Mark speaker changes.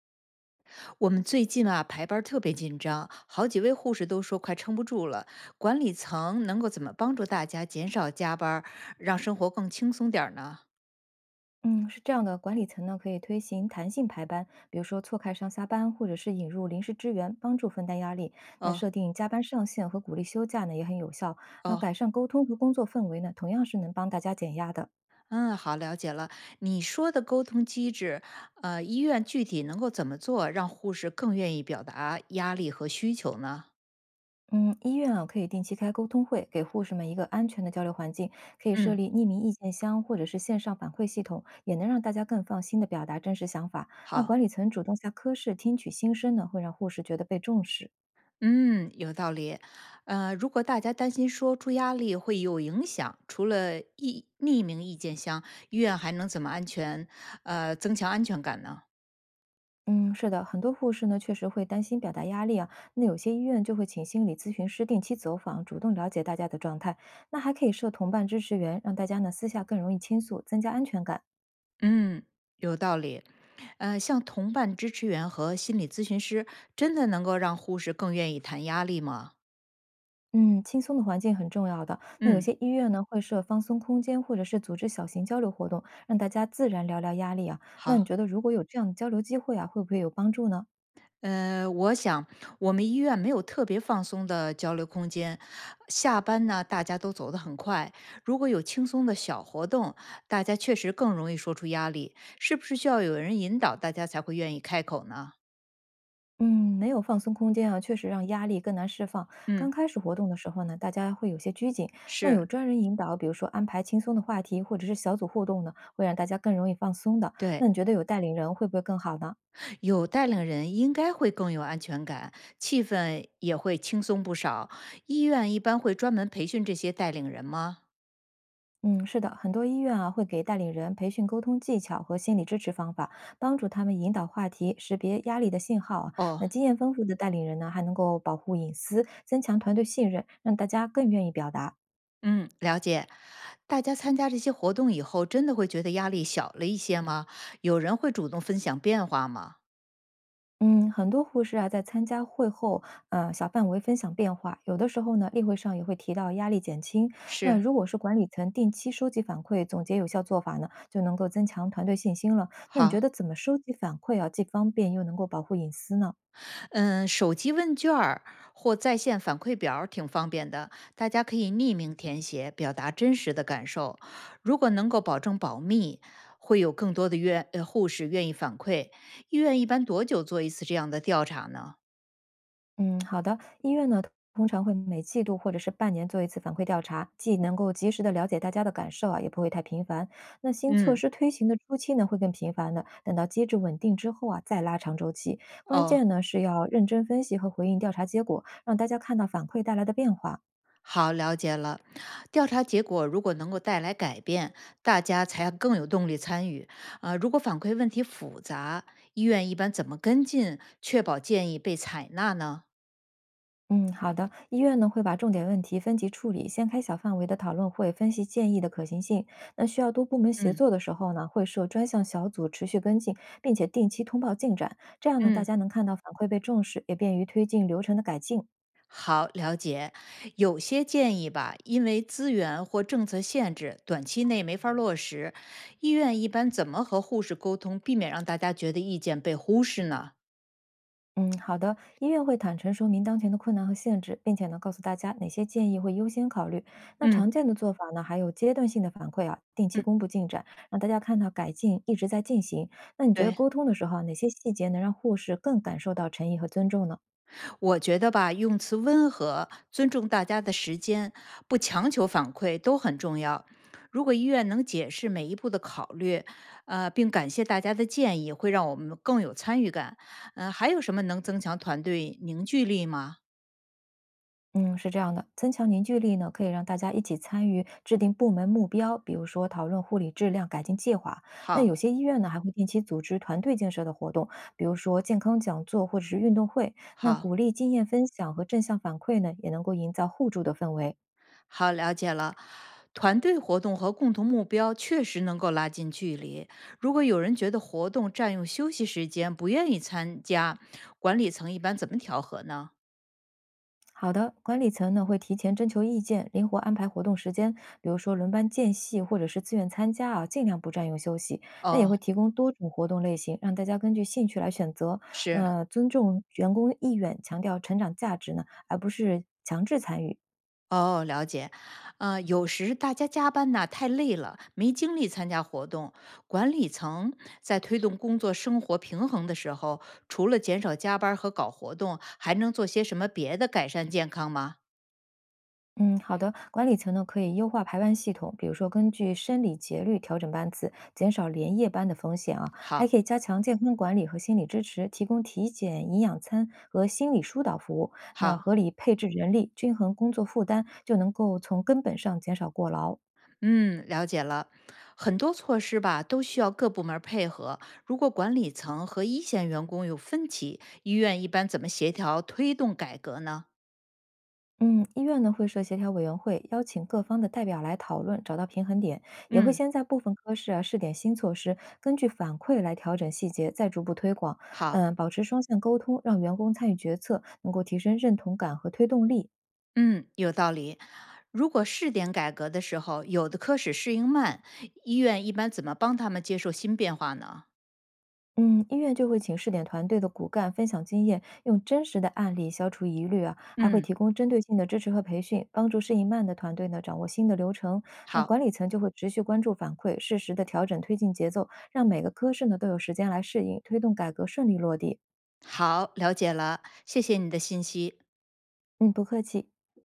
Speaker 1: 我们最近啊排班儿特别紧张，好几位护士都说快撑不住了。管理层能够怎么帮助大家减少加班儿让生活更轻松点儿呢？
Speaker 2: 嗯，是这样的，管理层呢可以推行弹性排班，比如说错开上下班，或者是引入临时支援，帮助分担压力。那
Speaker 1: 哦
Speaker 2: 设定加班上限和鼓励休假呢也很有效。那
Speaker 1: 哦，
Speaker 2: 改善沟通和工作氛围呢，同样是能帮大家减压的。
Speaker 1: 嗯，好，了解了。你说的沟通机制，医院具体能够怎么做，让护士更愿意表达压力和需求呢？
Speaker 2: 嗯，医院啊可以定期开沟通会，给护士们一个安全的交流环境，可以设
Speaker 1: 嗯，
Speaker 2: 立匿名意见箱或者是线上反馈系统，也能让大家更放心的表达真实想法。那
Speaker 1: 好。
Speaker 2: 管理层主动下科室听取心声呢，会让护士觉得被重视。
Speaker 1: 嗯，有道理。如果大家担心说出压力会有影响，除了意匿名意见箱，医院还能怎么安全？增强安全感呢？
Speaker 2: 嗯，是的，很多护士呢确实会担心表达压力啊，那有些医院就会请心理咨询师定期走访，主动了解大家的状态。那还可以设同伴支持员，让大家呢私下更容易倾诉，增加安全感。
Speaker 1: 嗯，有道理。像同伴支持员和心理咨询师，真的能够让护士更愿意谈压力吗？
Speaker 2: 嗯，轻松的环境很重要的。那有
Speaker 1: 嗯，
Speaker 2: 些医院呢会设放松空间，或者是组织小型交流活动，让大家自然聊聊压力啊。那
Speaker 1: 好。
Speaker 2: 你觉得如果有这样的交流机会啊，会不会有帮助呢？
Speaker 1: 我想我们医院没有特别放松的交流空间。下班呢，大家都走得很快。如果有轻松的小活动，大家确实更容易说出压力。是不是需要有人引导，大家才会愿意开口呢？
Speaker 2: 嗯，没有放松空间啊，确实让压力更难释放。刚
Speaker 1: 嗯，
Speaker 2: 开始活动的时候呢，大家会有些拘谨，那
Speaker 1: 是
Speaker 2: 有专人引导，比如说安排轻松的话题，或者是小组互动呢，会让大家更容易放松的。那
Speaker 1: 对，
Speaker 2: 你觉得有带领人会不会更好呢？
Speaker 1: 有带领人应该会更有安全感，气氛也会轻松不少。医院一般会专门培训这些带领人吗？
Speaker 2: 嗯，是的，很多医院啊会给带领人培训沟通技巧和心理支持方法，帮助他们引导话题，识别压力的信号啊。
Speaker 1: 哦，
Speaker 2: 那经验丰富的带领人呢，还能够保护隐私，增强团队信任，让大家更愿意表达。
Speaker 1: 嗯，了解。大家参加这些活动以后，真的会觉得压力小了一些吗？有人会主动分享变化吗？
Speaker 2: 嗯，很多护士啊，在参加会后，小范围分享变化，有的时候呢，例会上也会提到压力减轻。那
Speaker 1: 是，
Speaker 2: 如果是管理层定期收集反馈，总结有效做法呢，就能够增强团队信心了。那你
Speaker 1: 好，
Speaker 2: 觉得怎么收集反馈啊，既方便又能够保护隐私呢？
Speaker 1: 嗯，手机问卷儿或在线反馈表儿挺方便的，大家可以匿名填写，表达真实的感受。如果能够保证保密，会有更多的护士愿意反馈。医院一般多久做一次这样的调查呢？
Speaker 2: 嗯，好的。医院呢，通常会每季度或者是半年做一次反馈调查，既能够及时的了解大家的感受啊，也不会太频繁。那新措
Speaker 1: 嗯，
Speaker 2: 施推行的初期呢，会更频繁的，等到机制稳定之后啊，再拉长周期。关
Speaker 1: 哦，
Speaker 2: 键呢是要认真分析和回应调查结果，让大家看到反馈带来的变化。
Speaker 1: 好，了解了。调查结果如果能够带来改变，大家才更有动力参与。如果反馈问题复杂，医院一般怎么跟进，确保建议被采纳呢？
Speaker 2: 嗯，好的。医院呢会把重点问题分级处理，先开小范围的讨论会，分析建议的可行性。那需要多部门协
Speaker 1: 嗯，
Speaker 2: 作的时候呢，会设专项小组持续跟进，并且定期通报进展。这样呢，大
Speaker 1: 嗯，
Speaker 2: 家能看到反馈被重视，也便于推进流程的改进。
Speaker 1: 好，了解。有些建议吧，因为资源或政策限制，短期内没法儿落实。医院一般怎么和护士沟通，避免让大家觉得意见被忽视呢？
Speaker 2: 嗯，好的。医院会坦诚说明当前的困难和限制，并且呢，告诉大家哪些建议会优先考虑。那
Speaker 1: 嗯
Speaker 2: 常见的做法呢，还有阶段性的反馈啊，定期
Speaker 1: 嗯，
Speaker 2: 公布进展，让大家看到改进一直在进行。那你觉得
Speaker 1: 对。
Speaker 2: 沟通的时候啊哪些细节能让护士更感受到诚意和尊重呢？
Speaker 1: 我觉得吧，用词温和，尊重大家的时间，不强求反馈都很重要。如果医院能解释每一步的考虑，并感谢大家的建议，会让我们更有参与感。嗯、还有什么能增强团队凝聚力吗？
Speaker 2: 嗯，是这样的，增强凝聚力呢，可以让大家一起参与制定部门目标，比如说讨论护理质量改进计划。那有
Speaker 1: 好，
Speaker 2: 些医院呢，还会定期组织团队建设的活动，比如说健康讲座或者是运动会。那鼓
Speaker 1: 好，
Speaker 2: 励经验分享和正向反馈呢，也能够营造互助的氛围。
Speaker 1: 好，了解了。团队活动和共同目标确实能够拉近距离。如果有人觉得活动占用休息时间，不愿意参加，管理层一般怎么调和呢？
Speaker 2: 好的，管理层呢会提前征求意见，灵活安排活动时间，比如说轮班间隙或者是自愿参加啊，尽量不占用休息。那也
Speaker 1: 哦，
Speaker 2: 会提供多种活动类型，让大家根据兴趣来选择。
Speaker 1: 是，
Speaker 2: 那、尊重员工意愿，强调成长价值呢，而不是强制参与。
Speaker 1: 哦，了解。有时大家加班呐太累了，没精力参加活动。管理层在推动工作生活平衡的时候，除了减少加班儿和搞活动，还能做些什么别的改善健康吗？
Speaker 2: 嗯，好的。管理层呢可以优化排班系统，比如说根据生理节律调整班次，减少连夜班的风险啊。还
Speaker 1: 好，
Speaker 2: 可以加强健康管理和心理支持，提供体检、营养餐和心理疏导服务。那
Speaker 1: 好，
Speaker 2: 合理配置人力，均衡工作负担，就能够从根本上减少过劳。
Speaker 1: 嗯，了解了。很多措施吧都需要各部门儿配合。如果管理层和一线员工有分歧，医院一般怎么协调推动改革呢？
Speaker 2: 嗯，医院呢会设协调委员会，邀请各方的代表来讨论，找到平衡点，也会
Speaker 1: 嗯，
Speaker 2: 先在部分科室啊试点新措施，根据反馈来调整细节，再逐步推广。
Speaker 1: 好。
Speaker 2: 嗯，保持双向沟通，让员工参与决策，能够提升认同感和推动力。
Speaker 1: 嗯，有道理。如果试点改革的时候，有的科室适应慢，医院一般怎么帮他们接受新变化呢？
Speaker 2: 嗯，医院就会请试点团队的骨干分享经验，用真实的案例消除疑虑啊，还会
Speaker 1: 嗯，
Speaker 2: 提供针对性的支持和培训，帮助适应慢的团队呢掌握新的流程。那
Speaker 1: 好，
Speaker 2: 管理层就会持续关注反馈，适时的调整推进节奏，让每个科室呢都有时间来适应，推动改革顺利落地。
Speaker 1: 好，了解了，谢谢你的信息。
Speaker 2: 嗯，不客气。